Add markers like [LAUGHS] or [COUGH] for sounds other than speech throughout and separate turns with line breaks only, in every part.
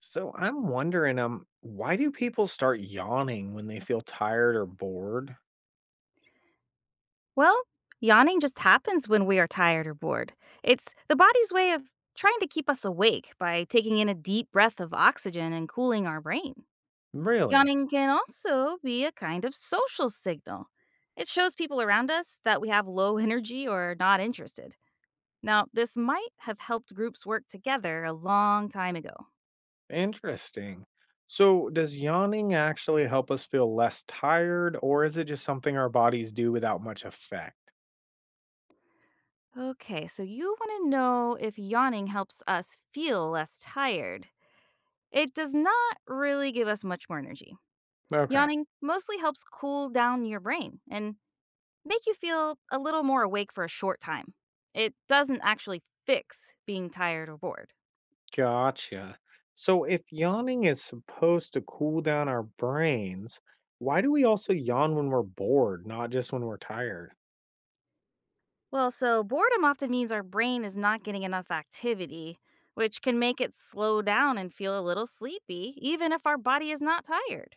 So I'm wondering, why do people start yawning when they feel tired or bored?
Well, yawning just happens when we are tired or bored. It's the body's way of trying to keep us awake by taking in a deep breath of oxygen and cooling our brain.
Really?
Yawning can also be a kind of social signal. It shows people around us that we have low [LAUGHS] energy or are not interested. Now, this might have helped groups work together a long time ago.
Interesting. So does yawning actually help us feel less tired, or is it just something our bodies do without much effect?
Okay, so you want to know if yawning helps us feel less tired. It does not really give us much more energy.
Okay,
Yawning mostly helps cool down your brain and make you feel a little more awake for a short time. It doesn't actually fix being tired or bored.
gotcha. So if yawning is supposed to cool down our brains, why do we also yawn when we're bored, not just when we're tired?
Well, so boredom often means our brain is not getting enough activity, which can make it slow down and feel a little sleepy, even if our body is not tired.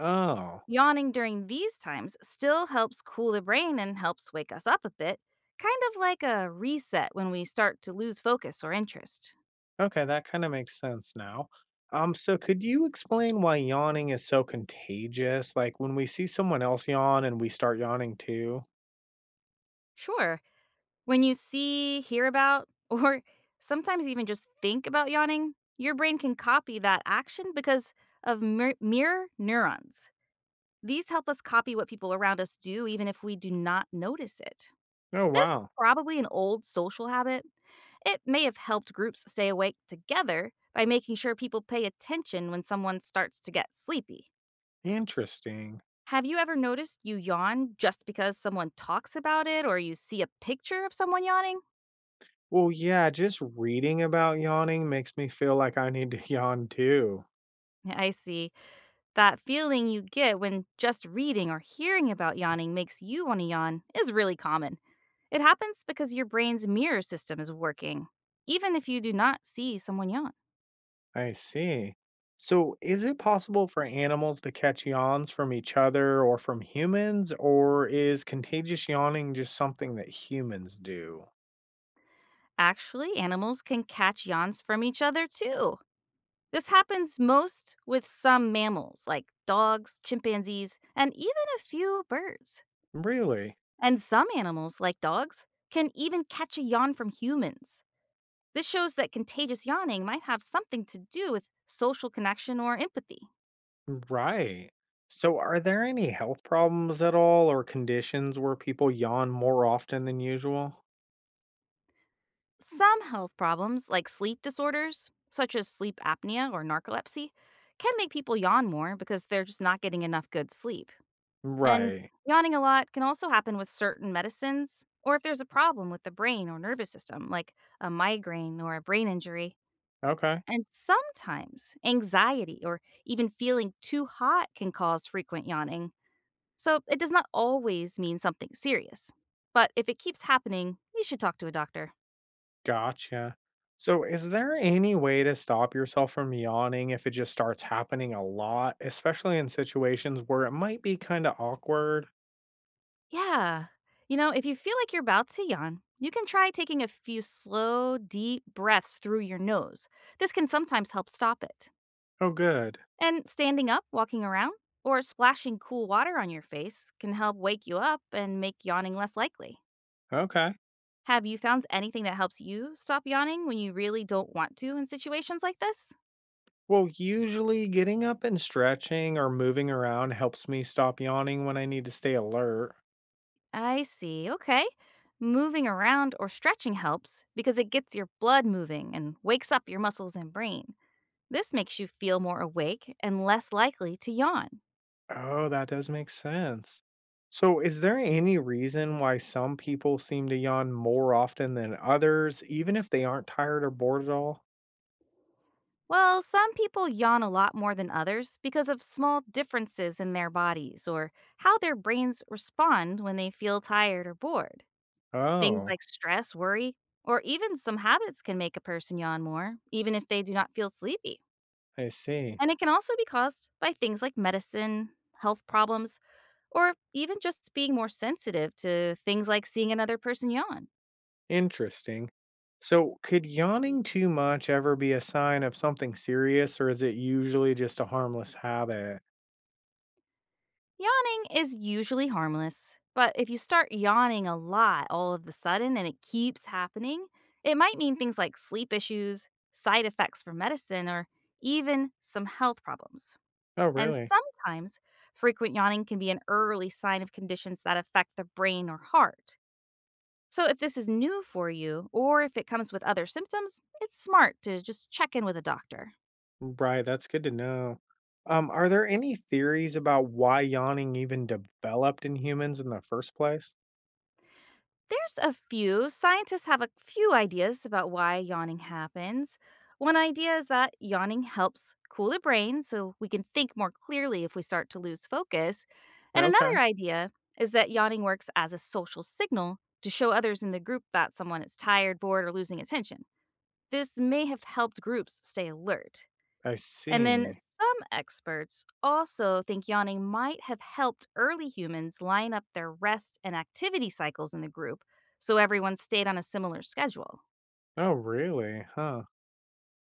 Oh.
Yawning during these times still helps cool the brain and helps wake us up a bit, kind of like a reset when we start to lose focus or interest.
Okay, that kind of makes sense now. So could you explain why yawning is so contagious? Like when we see someone else yawn and we start yawning too?
Sure. When you see, hear about, [LAUGHS] or sometimes even just think about yawning, your brain can copy that action because of mirror neurons. These help us copy what people around us do, even if we do not notice it.
Oh,
This is
wow.
probably an old social habit. It may have helped groups stay awake together by making sure people pay attention when someone starts to get sleepy.
Interesting.
Have you ever noticed you yawn just because someone talks about it or you see a picture of someone yawning?
Well, yeah, just reading about yawning makes me feel like I need to [LAUGHS] yawn too.
I see. That feeling you get when just reading or hearing about yawning makes you want to yawn is really common. It happens because your brain's mirror system is working, even if you do not see someone yawn.
I see. So, is it possible for animals to catch yawns from each other or from humans, or is contagious yawning just something that humans do?
Actually, animals can catch yawns from each other too. This happens most with some mammals, like dogs, chimpanzees, and even a few birds.
Really?
And some animals, like dogs, can even catch a yawn from humans. This shows that contagious yawning might have something to do with social connection or empathy.
Right. So, are there any health problems at all or conditions where people yawn more often than usual?
Some health problems, like sleep disorders, such as sleep apnea or narcolepsy, can make people yawn more because they're just not getting enough good sleep. And
Right.
yawning a lot can also happen with certain medicines or if there's a problem with the brain or nervous system, like a migraine or a brain injury.
Okay.
And sometimes anxiety or even feeling too hot can cause frequent yawning. So it does not always mean something serious. But if it keeps happening, you should talk to a doctor.
Gotcha. So, is there any way to stop yourself from yawning if it just starts happening a lot, especially in situations where it might be kind of awkward?
Yeah. You know, if you feel like you're about to yawn, you can try taking a few slow, deep breaths through your nose. This can sometimes help stop it.
Oh, good.
And standing up, walking around, or splashing cool water on your face can help wake you up and make yawning less likely.
Okay.
Have you found anything that helps you stop yawning when you really don't want to in situations like this?
Well, usually getting up and stretching or moving around helps me stop yawning when I need to stay alert.
I see. Okay. Moving around or stretching helps because it gets your blood moving and wakes up your muscles and brain. This makes you feel more awake and less likely to yawn.
Oh, that does make sense. So, is there any reason why some people seem to yawn more often than others, even if they aren't tired or bored at all?
Well, some people yawn a lot more than others because of small differences in their bodies or how their brains respond when they feel tired or bored. Things
Oh,
like stress, worry, or even some habits can make a person yawn more, even if they do not feel sleepy.
I see.
And it can also be caused by things like medicine, health problems, or even just being more sensitive to things like seeing another person yawn.
Interesting. So, could yawning too much ever be a sign of something serious, or is it usually just a harmless habit?
Yawning is usually harmless, but if you start yawning a lot all of the sudden and it keeps happening, it might mean things like sleep issues, side effects from medicine, or even some health problems.
Oh,
And
really?
sometimes frequent yawning can be an early sign of conditions that affect the brain or heart. So, if this is new for you, or if it comes with other symptoms, it's smart to just check in with a doctor.
Right, that's good to know. Are there any theories about why yawning even developed in humans in the first place?
There's a few. Scientists have a few ideas about why yawning happens. One idea is that yawning helps cool the brain so we can think more clearly if we start to lose focus. And another
Okay,
idea is that yawning works as a social signal to show others in the group that someone is tired, bored, or losing attention. This may have helped groups stay alert.
I
And then
see.
some experts also think yawning might have helped early humans line up their rest and activity cycles in the group so everyone stayed on a similar schedule.
Oh, really? Huh.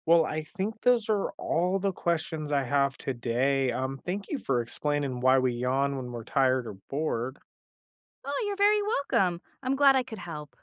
Well, I think those are all the questions I have today. Thank you for explaining why we yawn when we're tired or bored.
Oh, you're very welcome. I'm glad I could help.